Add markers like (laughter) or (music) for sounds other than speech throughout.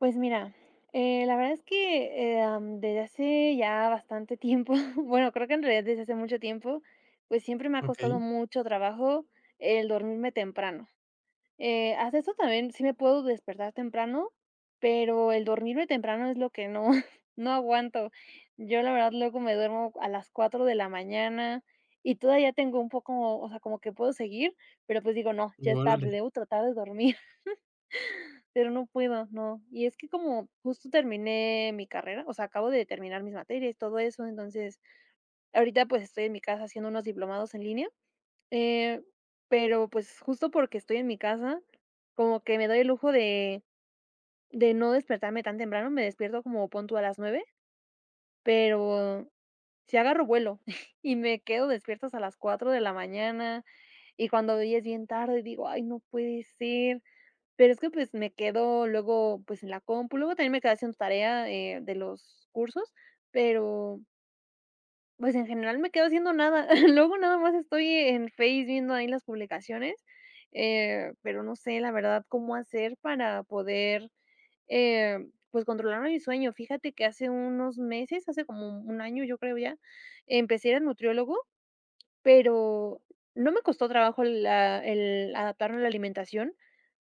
Pues mira, la verdad es que, desde hace ya bastante tiempo, (laughs) bueno, creo que en realidad desde hace mucho tiempo, pues siempre me ha costado Okey. mucho trabajo el dormirme temprano. Hasta eso también sí me puedo despertar temprano, pero el dormirme temprano es lo que no, (laughs) no aguanto. Yo la verdad luego me duermo a las 4 de la mañana y todavía tengo un poco, o sea, como que puedo seguir, pero pues digo, no, ya es Órale, tarde, debo tratar de dormir. Pero no puedo, no. Y es que como justo terminé mi carrera, o sea, acabo de terminar mis materias, todo eso, entonces, ahorita, pues, estoy en mi casa haciendo unos diplomados en línea. eh, pero, pues, justo porque estoy en mi casa, como que me doy el lujo de no despertarme tan temprano, me despierto como punto a las 9, pero si agarro vuelo (laughs) y me quedo despierta hasta las 4 de la mañana, y cuando ya es bien tarde, digo: "Ay, no puede ser". Pero es que, pues, me quedo luego, pues, en la compu, luego también me quedé haciendo tarea, de los cursos, pero, pues, en general me quedo haciendo nada. (laughs) Luego nada más estoy en Face viendo ahí las publicaciones. Pero no sé, la verdad, cómo hacer para poder, eh, pues, controlar mi sueño. Fíjate que hace unos meses, hace como un año, yo creo ya, empecé a ir al nutriólogo, pero no me costó trabajo la el adaptarme a la alimentación,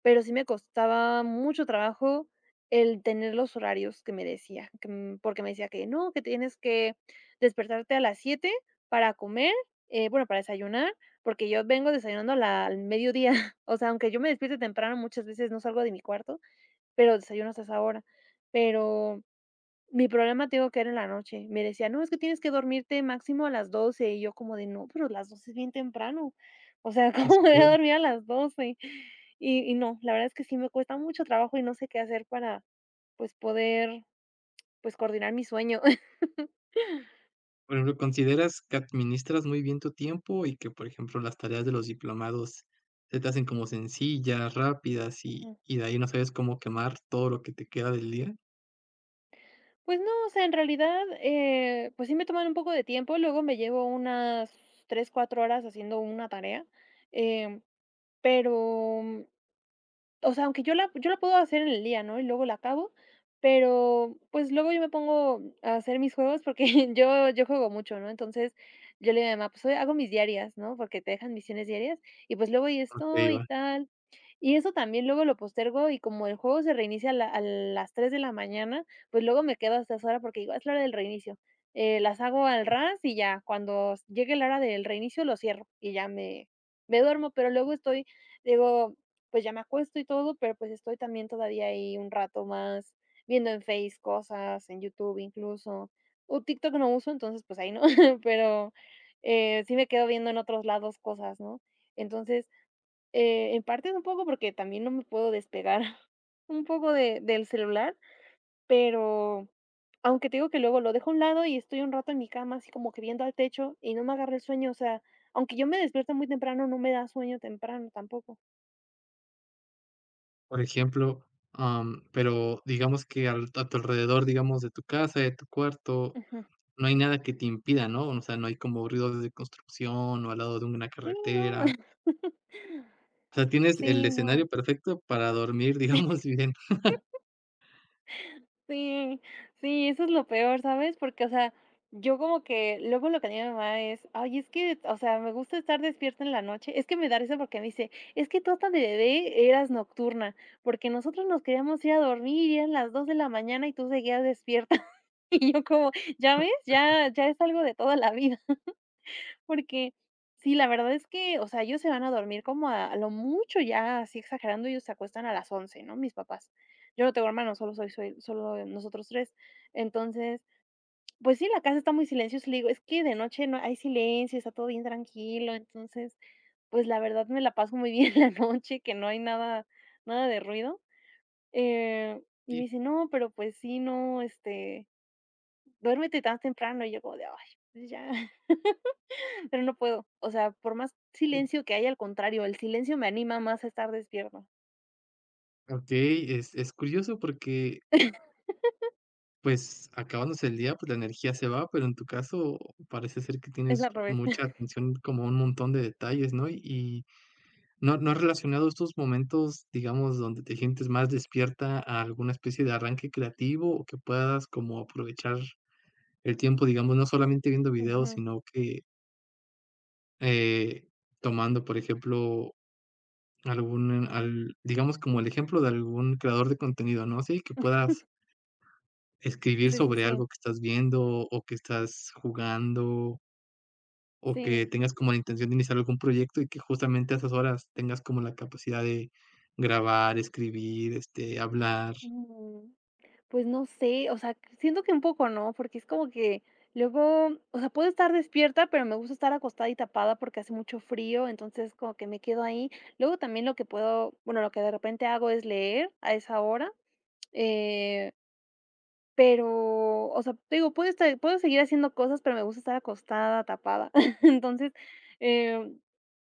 pero sí me costaba mucho trabajo el tener los horarios que me decía, que, porque me decía que no, que tienes que despertarte a las 7 para comer, bueno, para desayunar, porque yo vengo desayunando a la al mediodía. (laughs) O sea, aunque yo me despierte temprano, muchas veces no salgo de mi cuarto, pero desayuno hasta esa hora. Pero mi problema, te digo que era en la noche. Me decía: "No, es que tienes que dormirte máximo a las 12". Y yo como de: "No, pero las 12 es bien temprano". O sea, no (laughs) ¿cómo se me voy a puede. dormir a las 12? Y no, la verdad es que sí me cuesta mucho trabajo y no sé qué hacer para, pues, poder, pues, coordinar mi sueño. (laughs) Por ejemplo, ¿consideras que administras muy bien tu tiempo y que, por ejemplo, las tareas de los diplomados se te hacen como sencillas, rápidas y Ujú. y de ahí no sabes cómo quemar todo lo que te queda del día? Pues no, o sea, en realidad, pues sí me toman un poco de tiempo, luego me llevo unas 3 o 4 horas haciendo una tarea, em, pero... O sea, aunque yo la puedo hacer en el día, ¿no? Y luego la acabo, pero, pues, luego yo me pongo a hacer mis juegos porque (laughs) yo juego mucho, ¿no? Entonces, yo le digo a mi mamá: "Pues, hoy hago mis diarias", ¿no? Porque te dejan misiones diarias, y, pues, luego y esto Okey, y va. tal. Y eso también luego lo postergo, y como el juego se reinicia a las 3 de la mañana, pues, luego me quedo hasta esa hora porque digo: "Ah, es la hora del reinicio". Las hago al ras y ya, cuando llegue la hora del reinicio, lo cierro y ya me duermo, pero luego estoy, digo, pues ya me acuesto y todo, pero pues estoy también todavía ahí un rato más viendo en Face cosas, en YouTube incluso. O TikTok no uso, entonces pues ahí no, (laughs) pero, sí me quedo viendo en otros lados cosas, ¿no? Entonces, en parte es un poco porque también no me puedo despegar (laughs) un poco de del celular, pero aunque te digo que luego lo dejo a un lado y estoy un rato en mi cama así como que viendo al techo y no me agarra el sueño, o sea, aunque yo me despierto muy temprano, no me da sueño temprano tampoco. Por ejemplo, pero digamos que al a tu alrededor, digamos, de tu casa, de tu cuarto, Ujú. no hay nada que te impida, ¿no? O sea, no hay como ruidos de construcción o al lado de una Sí, no. carretera. (laughs) O sea, tienes el Sí, no. escenario perfecto para dormir, (laughs) digamos, bien. Sí, sí, eso es lo peor, ¿sabes? Porque, o sea, yo como que luego lo que dice mi mamá es, ay, es que, o sea, me gusta estar despierta en la noche. Es que me da risa porque me dice, es que tú hasta de bebé eras nocturna, porque nosotros nos queríamos ir a dormir y eran las 2 de la mañana y tú seguías despierta. (laughs) Y yo como, ya ves, ya, ya es algo de toda la vida. Porque sí, la verdad es que, o sea, ellos se van a dormir como a lo mucho ya, así exagerando, ellos se acuestan a las 11, ¿no? Mis papás. Yo no tengo hermanos, solo soy solo nosotros 3. Entonces, pues sí, la casa está muy silenciosa, le digo: "Es que de noche no hay silencio, está todo bien tranquilo". Entonces, pues la verdad me la paso muy bien (laughs) la noche, que no hay nada de ruido. Eh, y Y me dice: "No, pero pues sí, no, este, duérmete tan temprano". Y yo como de: "Ay, pues ya". Pero no puedo, o sea, por más silencio que haya, al contrario, el silencio me anima más a estar despierta. ok, es curioso porque, pues, acabándose el día, pues, la energía se va, pero en tu caso parece ser que Es tienes al revés. mucha (laughs) atención como a un montón de detalles, ¿no? Y ¿no has relacionado estos momentos, digamos, donde te sientes más despierta a alguna especie de arranque creativo o que puedas como aprovechar el tiempo, digamos, no solamente viendo videos, Ujú. sino que, eh, tomando, por ejemplo, algún al digamos, como el ejemplo de algún creador de contenido, ¿no? Sí, que puedas escribir Sí, sí, sobre sí, algo que estás viendo, o que estás jugando, o que sí. tengas como la intención de iniciar algún proyecto y que justamente a esas horas tengas como la capacidad de grabar, escribir, este, hablar. Mm, pues no sé, o sea, siento que un poco no, porque es como que luego, o sea, puedo estar despierta, pero me gusta estar acostada y tapada porque hace mucho frío, entonces como que me quedo ahí. Luego también lo que puedo, bueno, lo que de repente hago es leer a esa hora, eh Pero, o sea, te digo, puedo seguir haciendo cosas, pero me gusta estar acostada, tapada. (laughs) Entonces, em,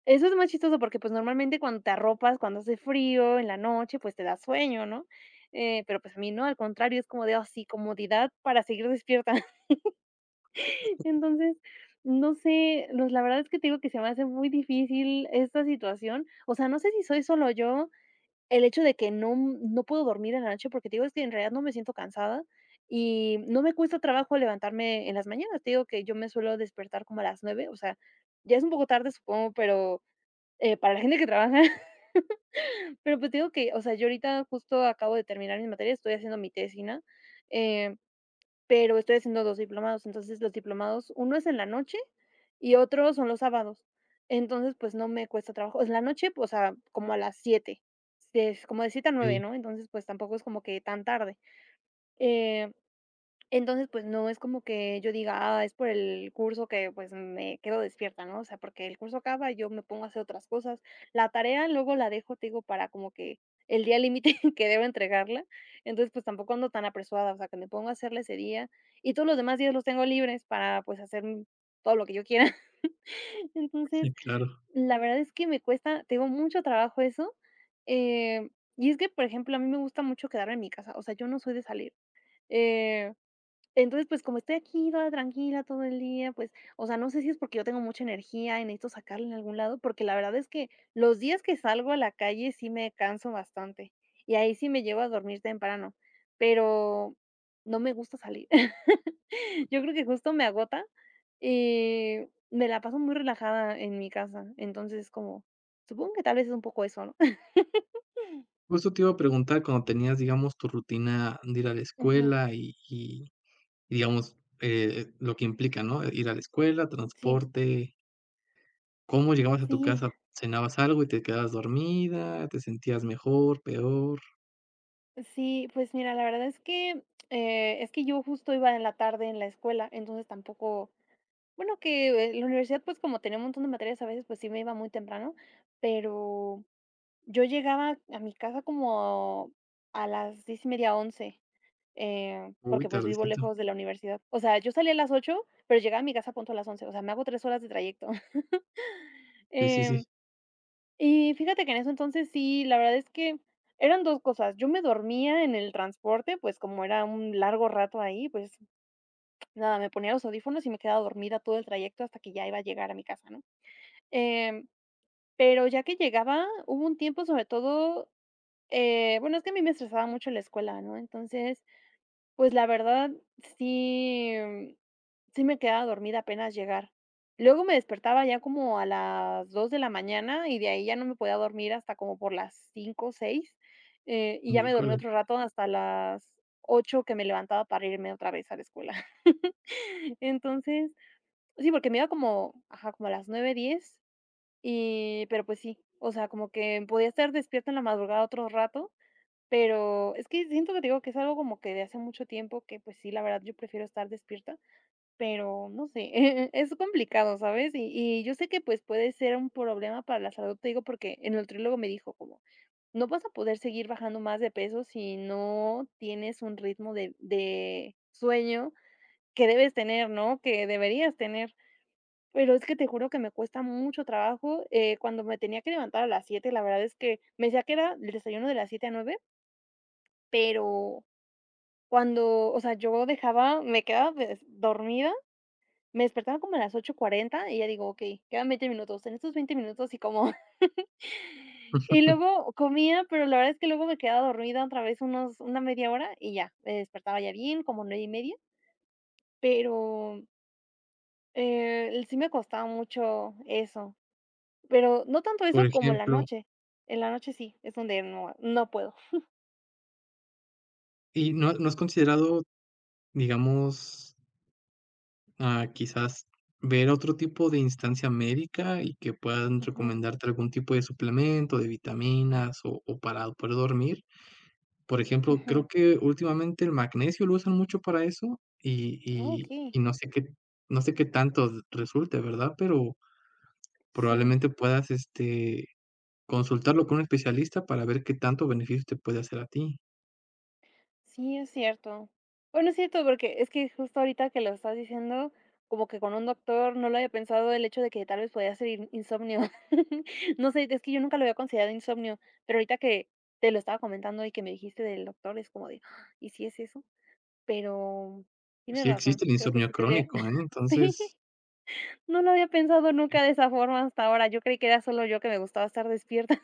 eso es más chistoso porque, pues, normalmente cuando te arropas, cuando hace frío en la noche, pues, te da sueño, ¿no? Pero, pues, a mí no, al contrario, es como de, ah, sí, comodidad para seguir despierta. (laughs) Entonces, no sé, los la verdad es que te digo que se me hace muy difícil esta situación. O sea, no sé si soy solo yo el hecho de que no puedo dormir en la noche, porque te digo, es que en realidad no me siento cansada y no me cuesta trabajo levantarme en las mañanas. Te digo que yo me suelo despertar como a las 9, o sea, ya es un poco tarde, supongo, pero, para la gente que trabaja, (laughs) pero, pues, te digo que, o sea, yo ahorita justo acabo de terminar mis materias, estoy haciendo mi tesina. eh pero estoy haciendo 2 diplomados, entonces los diplomados, uno es en la noche y otro son los sábados. Entonces, pues, no me cuesta trabajo. En la noche, pues, a como a las 7, de como de 7 a 9, Sí, ¿no? Entonces, pues, tampoco es como que tan tarde. Eh entonces, pues, no es como que yo diga: "Ah, es por el curso que, pues, me quedo despierta", ¿no? O sea, porque el curso acaba yo me pongo a hacer otras cosas. La tarea luego la dejo, te digo, para como que el día límite (laughs) que debo entregarla. Entonces, pues, tampoco ando tan apresurada, o sea, que me pongo a hacerla ese día, y todos los demás días los tengo libres para, pues, hacer m-... todo lo que yo quiera. (laughs) Entonces, sí, claro. la verdad es que me cuesta, tengo mucho trabajo eso, eh, y es que, por ejemplo, a mí me gusta mucho quedarme en mi casa, o sea, yo no soy de salir, eh entonces, pues, como estoy aquí toda tranquila todo el día, pues, o sea, no sé si es porque yo tengo mucha energía y necesito sacarla en algún lado, porque la verdad es que los días que salgo a la calle sí me canso bastante, y ahí sí me llevo a dormir temprano, pero no me gusta salir. (laughs) Yo creo que justo me agota, y me la paso muy relajada en mi casa, entonces, como, supongo que tal vez es un poco eso, ¿no? (laughs) Justo te iba a preguntar cuando tenías, digamos, tu rutina de ir a la Ujú, escuela y digamos, lo que implica, ¿no? Ir a la escuela, sí, transporte, ¿cómo llegabas a tu sí. casa? ¿Cenabas algo y te quedabas dormida? ¿Te sentías mejor, peor? Sí, pues mira, la verdad es que yo justo iba en la tarde en la escuela, entonces tampoco... bueno, que la universidad, pues, como tenía un montón de materias, a veces, pues, sí me iba muy temprano, pero yo llegaba a mi casa como a las 10:30, 11, Uy, porque, pues, vivo tardecito. lejos de la universidad. O sea, yo salía a las 8, pero llegaba a mi casa a punto a las 11, o sea, me hago 3 horas de trayecto. Sí, sí, sí. (laughs) Y fíjate que en eso entonces sí, la verdad es que eran 2 cosas. Yo me dormía en el transporte, pues, como era un largo rato ahí, pues, nada, me ponía los audífonos y me quedaba dormida todo el trayecto hasta que ya iba a llegar a mi casa, ¿no? Em, pero ya que llegaba, hubo un tiempo, sobre todo, bueno, es que a mí me estresaba mucho la escuela, ¿no? Entonces, pues la verdad, sí, sí me quedaba dormida apenas llegar. Luego me despertaba ya como a las 2 de la mañana y de ahí ya no me podía dormir hasta como por las 5 o 6, y ya me dormí Híjole, otro rato hasta las 8 que me levantaba para irme otra vez a la escuela. (laughs) Entonces, sí, porque me iba como, ajá, como a las 9:10, y pero pues sí, o sea, como que podía estar despierta en la madrugada otro rato, pero es que siento que te digo que es algo como que de hace mucho tiempo que, pues sí, la verdad yo prefiero estar despierta, pero no sé, (laughs) es complicado, ¿sabes? Y yo sé que, pues, puede ser un problema para la salud, te digo, porque el nutriólogo me dijo como: "No vas a poder seguir bajando más de peso si no tienes un ritmo de sueño que debes tener, ¿no? Que deberías tener". Pero es que te juro que me cuesta mucho trabajo, cuando me tenía que levantar a las 7 la verdad es que me decía que era el desayuno de las 7 a 9, pero... Cuando, o sea, yo dejaba me quedaba des dormida, me despertaba como a las 8:40 y ya digo: "Okey, quedan 20 minutos, en estos 20 minutos y como". (laughs) Y luego comía, pero la verdad es que luego me quedaba dormida otra vez unos una media hora y ya, me despertaba ya bien, como 9:30. Pero, sí me costaba mucho eso, pero no tanto por eso como la ejemplo, noche. En la noche sí, es donde no puedo. ¿y no has considerado, digamos, ah, quizás ver otro tipo de instancia médica y que puedan Ujú, recomendarte algún tipo de suplemento, de vitaminas o para poder dormir? Por ejemplo, creo ujú. que últimamente el magnesio lo usan mucho para eso y Ah, y y no sé qué tanto resulte, ¿verdad? Pero sí. probablemente puedas, este, consultarlo con un especialista para ver qué tanto beneficio te puede hacer a ti. Sí, es cierto. Bueno, es cierto, porque es que justo ahorita que lo estás diciendo, como que con un doctor no lo había pensado el hecho de que tal vez podía ser insomnio. (laughs) No sé, es que yo nunca lo había considerado insomnio, pero ahorita que te lo estaba comentando y que me dijiste del doctor, es como de: "Ah, ¿y si es eso?". Pero Pues tienes sí, existe razón, el creo que insomnio sí tendría. crónico, ¿eh? (laughs) Sí, Entonces no lo había pensado nunca de esa forma hasta ahora. Yo creí que era solo yo que me gustaba estar despierta.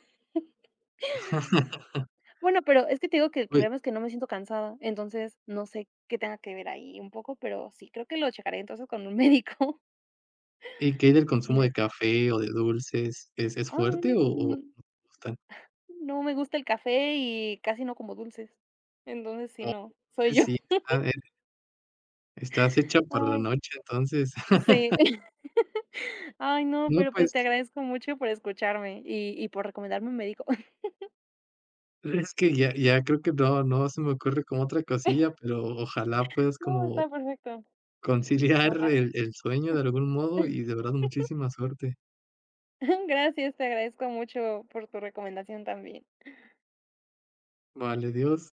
(laughs) Bueno, pero es que te digo que el pues, problema es que no me siento cansada, entonces no sé qué tenga que ver ahí un poco, pero sí, creo que lo checaré entonces con un médico. ¿y qué hay del (laughs) consumo de De: café o de dulces? ¿Es "Ah, no, fuerte no, o no te gustan? no me gusta el café y casi no como dulces". Entonces, sí, Oh, no, soy yo. entonces sí, (laughs) está, estás hecha para la Ay, noche, entonces. (laughs) sí. (laughs) Ay, no, No, pero pues te pues agradezco mucho por escucharme y por recomendarme un médico. (laughs) es que ya ya creo que no se me ocurre como otra cosilla, pero ojalá puedas No, como está perfecto. conciliar No, ah. el sueño de algún modo y (laughs) de verdad muchísima suerte. Gracias, te agradezco mucho por tu recomendación también. Vale, Dios.